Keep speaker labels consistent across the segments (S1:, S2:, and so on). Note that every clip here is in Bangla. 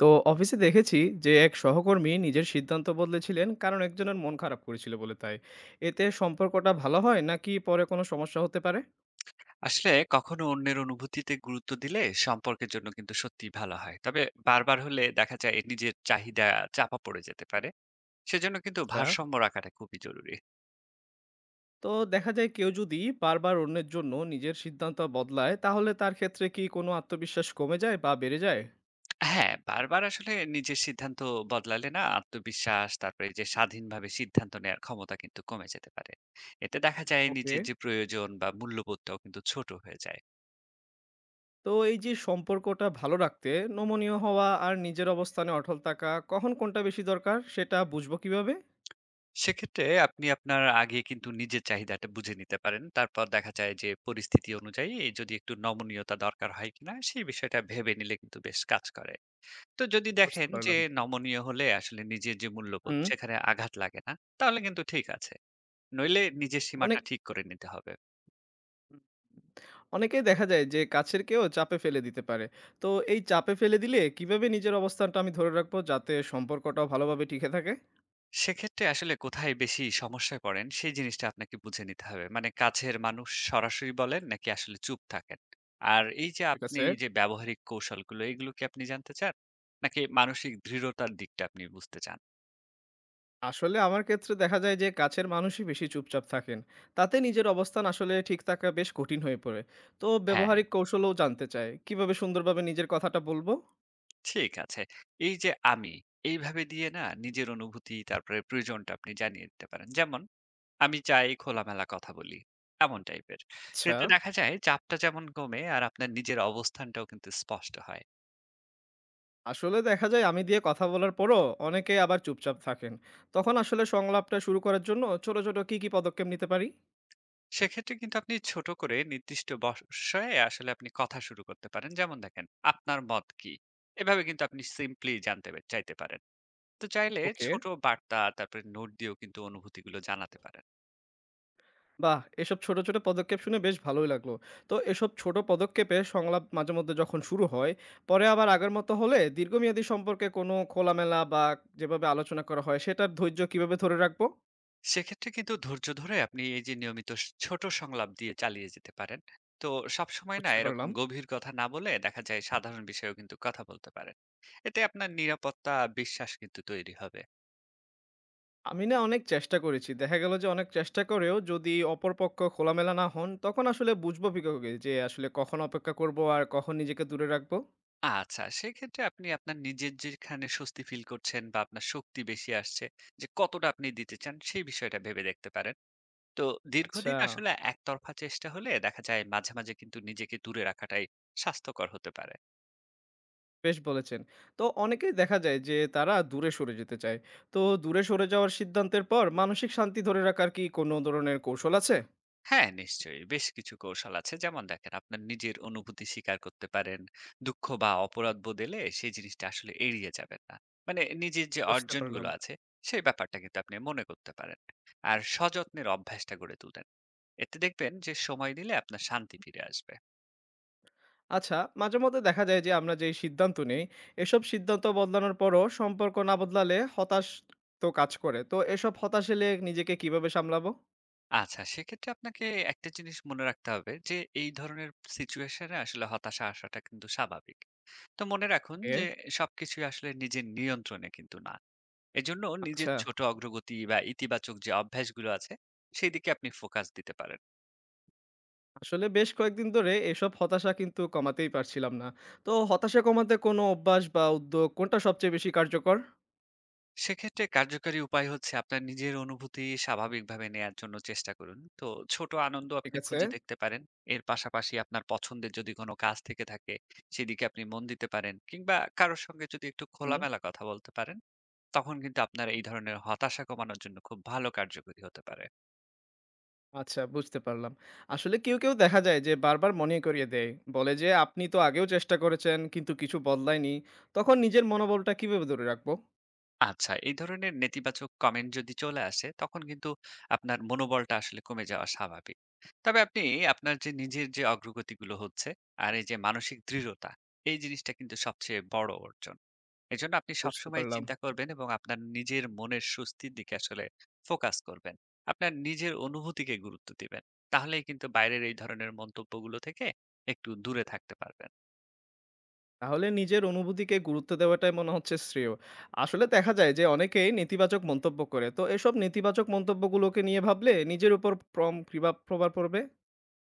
S1: তো অফিসে দেখেছি যে এক সহকর্মী নিজের সিদ্ধান্ত বদলেছিলেন কারণ একজনের মন খারাপ করেছিল বলে তাই এতে সম্পর্কটা ভালো হয় নাকি পরে কোনো সমস্যা হতে পারে?
S2: আসলে কখনো অন্যের অনুভূতিতে গুরুত্ব দিলে সম্পর্কের জন্য কিন্তু সত্যিই ভালো হয়, তবে বারবার হলে দেখা যায় নিজের চাহিদা চাপা পড়ে যেতে পারে। সেজন্য কিন্তু
S1: আচ্ছা।
S2: ভারসাম্য রাখাটা খুবই জরুরি।
S1: তো দেখা যায় কেউ যদি বারবার অন্যের জন্য নিজের সিদ্ধান্ত বদলায় তাহলে তার ক্ষেত্রে কি কোনো আত্মবিশ্বাস কমে যায় বা বেড়ে যায়?
S2: হ্যাঁ, বারবার আসলে নিজের সিদ্ধান্ত বদলালে না আত্মবিশ্বাস, তারপরে এই যে স্বাধীনভাবে সিদ্ধান্ত নেওয়ার ক্ষমতা কিন্তু কমে যেতে পারে। এতে দেখা যায়
S1: ওকে।
S2: নিজের যে প্রয়োজন বা মূল্যবোধটাও কিন্তু ছোট হয়ে যায়।
S1: তো এই যে সম্পর্কটা ভালো রাখতে নমনীয় হওয়া আর নিজের অবস্থানে অটল থাকা কখন কোনটা বেশি দরকার সেটা বুঝবো কিভাবে?
S2: সেক্ষেত্রে আপনি আপনার আগে কিন্তু নিজের চাহিদাটা বুঝে নিতে পারেন। তারপর দেখা যায় যে পরিস্থিতি অনুযায়ী যদি একটু নমনীয়তা দরকার হয় কিনা, সেই বিষয়টা ভেবে নিলে কিন্তু বেশ কাজ করে। তো যদি
S1: বুঝতে
S2: দেখেন যে
S1: পারলাম।
S2: নমনীয় হলে আসলে নিজের যে মূল্যবোধ
S1: হুম।
S2: সেখানে আঘাত লাগে না, তাহলে কিন্তু ঠিক আছে। নইলে নিজের সীমাটা
S1: অনেক
S2: ঠিক করে নিতে হবে।
S1: অনেকেই দেখা যায় যে কাছের কেউ চাপে ফেলে দিতে পারে। তো এই চাপে ফেলে দিলে কিভাবে নিজের অবস্থানটা আমি ধরে রাখবো যাতে সম্পর্কটাও ভালোভাবে টিকে থাকে?
S2: সেক্ষেত্রে আসলে কোথায় বেশি সমস্যায় পড়েন, সেই জিনিসটা আপনাকে বুঝে নিতে হবে। মানে কাছের মানুষ সরাসরি বলেন নাকি আসলে চুপ থাকেন? আর এই যে
S1: ঠিক
S2: আপনি
S1: আছে।
S2: যে ব্যবহারিক কৌশলগুলো, এগুলো কি আপনি জানতে চান? নাকি মানসিক দৃঢ়তার দিকটা আপনি বুঝতে চান?
S1: আসলে আমার ক্ষেত্রে দেখা যায় যে কাছের মানুষই বেশি চুপচাপ থাকেন। তাতে নিজের অবস্থান আসলে ঠিক থাকা বেশ কঠিন হয়ে পড়ে। তো
S2: হ্যাঁ,
S1: ব্যবহারিক কৌশলও জানতে চাই। কিভাবে সুন্দরভাবে নিজের কথাটা বলবো?
S2: ঠিক আছে। এই যে আমি, এইভাবে দিয়ে না নিজের অনুভূতি, তারপরে প্রয়োজনটা আপনি জানিয়ে দিতে পারেন। যেমন, আমি চাই খোলামেলা কথা বলি, এমন টাইপের।
S1: আচ্ছা,
S2: এতে দেখা যায় চাপটা যেমন কমে আর আপনার নিজের অবস্থানটাও কিন্তু স্পষ্ট হয়।
S1: আসলে দেখা যায় আমি দিয়ে কথা বলার পরও অনেকেই আবার চুপচাপ থাকেন। তখন আসলে সংলাপটা শুরু করার জন্য ছোট, ছোট কি, কি পদক্ষেপ নিতে পারি?
S2: সেক্ষেত্রে কিন্তু আপনি ছোট করে নির্দিষ্ট বিষয়ে আসলে আপনি কথা শুরু করতে পারেন। যেমন দেখেন, আপনার মত কি? এভাবে কিন্তু আপনি সিম্পলি জানতে পে চাইতে পারেন। তো চাইলে
S1: ওকে।
S2: ছোট বার্তা, তারপরে নোট দিয়েও কিন্তু অনুভূতিগুলো জানাতে পারেন।
S1: বাহ! এসব ছোট, ছোট পদক্ষেপ শুনে বেশ ভালোই লাগলো। তো এসব ছোট পদক্ষেপে সংলাপ মাঝে মধ্যে যখন শুরু হয়, পরে আবার আগের মতো হলে দীর্ঘমেয়াদী সম্পর্কে কোনো খোলামেলা বা যেভাবে আলোচনা করা হয়, সেটার ধৈর্য কিভাবে ধরে রাখবো?
S2: সেক্ষেত্রে কিন্তু ধৈর্য ধরে আপনি এই যে নিয়মিত স ছোট সংলাপ দিয়ে চালিয়ে যেতে পারেন। তো সবসময় না
S1: বুঝতে
S2: এরকম
S1: পারলাম।
S2: গভীর কথা না বলে দেখা যায় সাধারণ বিষয়েও কিন্তু কথা বলতে পারেন। এতে আপনার নিরাপত্তা, বিশ্বাস কিন্তু তৈরি হবে।
S1: আমি না অনেক চেষ্টা করেছি। দেখা গেল যে অনেক চেষ্টা করেও যদি অপর পক্ষ খোলামেলা না হন, তখন আসলে বুঝবো কিভাবে যে আসলে কখন অপেক্ষা করবো আর কখন নিজেকে দূরে রাখবো?
S2: আচ্ছা, সেক্ষেত্রে আপনি আপনার নিজের যেখানে স্বস্তি ফিল করছেন বা আপনার শক্তি বেশি আসছে, যে কতটা আপনি দিতে চান সেই বিষয়টা ভেবে দেখতে পারেন। তো
S1: আচ্ছা।
S2: দীর্ঘদিন আসলে একতরফা চেষ্টা হলে দেখা যায় মাঝে মাঝে কিন্তু নিজেকে দূরে রাখাটাই স্বাস্থ্যকর হতে পারে।
S1: বেশ বলেছেন। তো অনেকেই দেখা যায় যে তারা দূরে সরে যেতে চায়। তো দূরে সরে যাওয়ার সিদ্ধান্তের পর মানসিক শান্তি ধরে রাখার কি কোনো ধরনের কৌশল আছে?
S2: হ্যাঁ, নিশ্চয়ই। বেশ কিছু কৌশল আছে। যেমন দেখেন, আপনার নিজের অনুভূতি স্বীকার করতে পারেন। দুঃখ বা অপরাধবোধ এলে সেই জিনিসটা আসলে এড়িয়ে যাবেন না। মানে নিজের যে
S1: বুঝতে
S2: অর্জনগুলো
S1: পারলাম।
S2: আছে, সেই ব্যাপারটা কিন্তু আপনি মনে করতে পারেন। আর সযত্নের অভ্যাসটা গড়ে তুলেন। এতে দেখবেন যে সময় দিলে আপনার শান্তি ফিরে আসবে।
S1: আচ্ছা, মাঝেমধ্যে দেখা যায় যে আমরা যেই সিদ্ধান্ত নেই, এসব সিদ্ধান্ত বদলানোর পরও সম্পর্ক না বদলালে হতাশ তো কাজ করে। তো এসব হতাশ এলে নিজেকে কিভাবে সামলাবো?
S2: আচ্ছা, সেক্ষেত্রে আপনাকে একটা জিনিস মনে রাখতে হবে যে এই ধরনের সিচুয়েশনে আসলে হতাশা আসাটা কিন্তু স্বাভাবিক। তো মনে রাখুন
S1: এ
S2: যে সবকিছুই আসলে নিজের নিয়ন্ত্রণে কিন্তু না। এজন্য নিজের
S1: আচ্ছা।
S2: ছোট অগ্রগতি বা ইতিবাচক যে অভ্যাসগুলো আছে সেই দিকে আপনি ফোকাস দিতে পারেন।
S1: আসলে বেশ কয়েকদিন ধরে এসব হতাশা কিন্তু কমাতেই পারছিলাম না। তো হতাশা কমাতে কোনো অভ্যাস বা উদ্যোগ কোনটা সবচেয়ে বেশি কার্যকর?
S2: সেক্ষেত্রে কার্যকরী উপায় হচ্ছে আপনার নিজের অনুভূতি স্বাভাবিকভাবে নেয়ার জন্য চেষ্টা করুন। তো ছোট আনন্দ
S1: ঠিক
S2: আপনি
S1: আছে।
S2: খুঁজে দেখতে পারেন। এর পাশাপাশি আপনার পছন্দের যদি কোনো কাজ থেকে থাকে সেদিকে আপনি মন দিতে পারেন, কিংবা কারোর সঙ্গে যদি একটু
S1: হুম।
S2: খোলামেলা কথা বলতে পারেন, তখন কিন্তু আপনার এই ধরনের হতাশা কমানোর জন্য খুব ভালো কার্যকরী হতে পারে।
S1: আচ্ছা, বুঝতে পারলাম। আসলে কেউ, কেউ দেখা যায় যে বারবার মনে করিয়ে দেয়। বলে যে, "আপনি তো আগেও চেষ্টা করেছেন কিন্তু কিছু বদলায়নি।" তখন নিজের মনোবলটা কিভাবে ধরে রাখবো?
S2: আচ্ছা, এই ধরনের নেতিবাচক কমেন্ট যদি চলে আসে, তখন কিন্তু আপনার মনোবলটা আসলে কমে যাওয়া স্বাভাবিক। তবে আপনি আপনার যে নিজের যে অগ্রগতিগুলো হচ্ছে, আর এই যে মানসিক দৃঢ়তা, এই জিনিসটা কিন্তু সবচেয়ে বড় অর্জন। এজন্য আপনি
S1: বুঝতে
S2: সবসময়
S1: পারলাম।
S2: চিন্তা করবেন এবং আপনার নিজের মনের স্বস্তির দিকে আসলে ফোকাস করবেন। আপনার নিজের অনুভূতিকে গুরুত্ব দিবেন। তাহলেই কিন্তু বাইরের এই ধরনের মন্তব্যগুলো থেকে একটু দূরে থাকতে পারবেন।
S1: তাহলে নিজের অনুভূতিকে গুরুত্ব দেওয়াটাই মনে হচ্ছে শ্রেয়। আসলে দেখা যায় যে অনেকেই নেতিবাচক মন্তব্য করে। তো এসব নেতিবাচক মন্তব্যগুলোকে নিয়ে ভাবলে নিজের উপর প্রম কিবা প্রভাব পড়বে?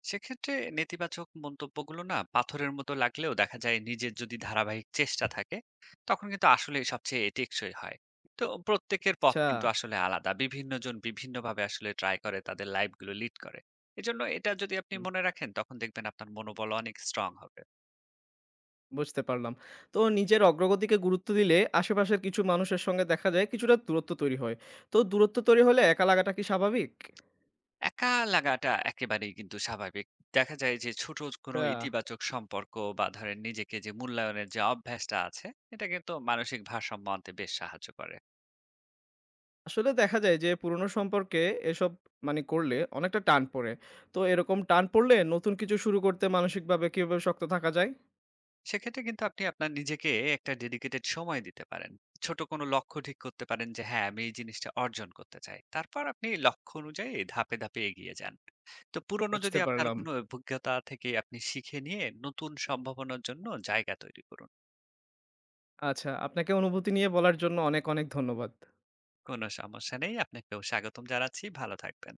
S2: সেক্ষেত্রে নেতিবাচক মন্তব্যগুলো না পাথরের মতো লাগলেও দেখা যায় নিজের যদি ধারাবাহিক চেষ্টা থাকে তখন কিন্তু আসলে সবচেয়ে টেকসই হয়। তো প্রত্যেকের পথ
S1: আচ্ছা।
S2: কিন্তু আসলে আলাদা, বিভিন্ন জন বিভিন্ন ভাবে আসলে ট্রাই করে তাদের লাইফ গুলো লিড করে। এজন্য এটা যদি আপনি
S1: হুম।
S2: মনে রাখেন তখন দেখবেন আপনার মনোবল অনেক স্ট্রং হবে।
S1: বুঝতে পারলাম। তো নিজের অগ্রগতিকে গুরুত্ব দিলে আশেপাশের কিছু মানুষের সঙ্গে দেখা যায় কিছুটা দূরত্ব তৈরি হয়। তো দূরত্ব তৈরি হলে একা লাগাটা কি স্বাভাবিক?
S2: একা লাগাটা একেবারেই কিন্তু স্বাভাবিক। দেখা যায় যে ছোট কোনো
S1: আচ্ছা।
S2: ইতিবাচক সম্পর্ক বা ধরেন নিজেকে যে মূল্যায়নের যে অভ্যাসটা আছে, এটা কিন্তু মানসিক ভারসাম্য আনতে বেশ সাহায্য করে।
S1: আসলে দেখা যায় যে পুরনো সম্পর্কে এসব মানে করলে অনেকটা টান পড়ে। তো এরকম টান পড়লে নতুন কিছু শুরু করতে মানসিকভাবে কিভাবে শক্ত থাকা যায়?
S2: সেক্ষেত্রে কিন্তু আপনি আপনার নিজেকে একটা ডেডিকেটেড সময় দিতে পারেন, ছোট কোনো লক্ষ্য ঠিক করতে পারেন যে হ্যাঁ আমি এই জিনিসটা অর্জন করতে চাই, তারপর আপনি লক্ষ্য অনুযায়ী ধাপে ধাপে এগিয়ে যান। তো পুরনো যদি
S1: বুঝতে
S2: আপনার
S1: পারলাম।
S2: কোনো অভিজ্ঞতা থেকে আপনি শিখে নিয়ে নতুন সম্ভাবনার জন্য জায়গা তৈরি করুন।
S1: আচ্ছা, আপনাকে অনুভূতি নিয়ে বলার জন্য অনেক, অনেক ধন্যবাদ।
S2: কোনো সমস্যা নেই, আপনাকেও স্বাগতম জানাচ্ছি। ভালো থাকবেন।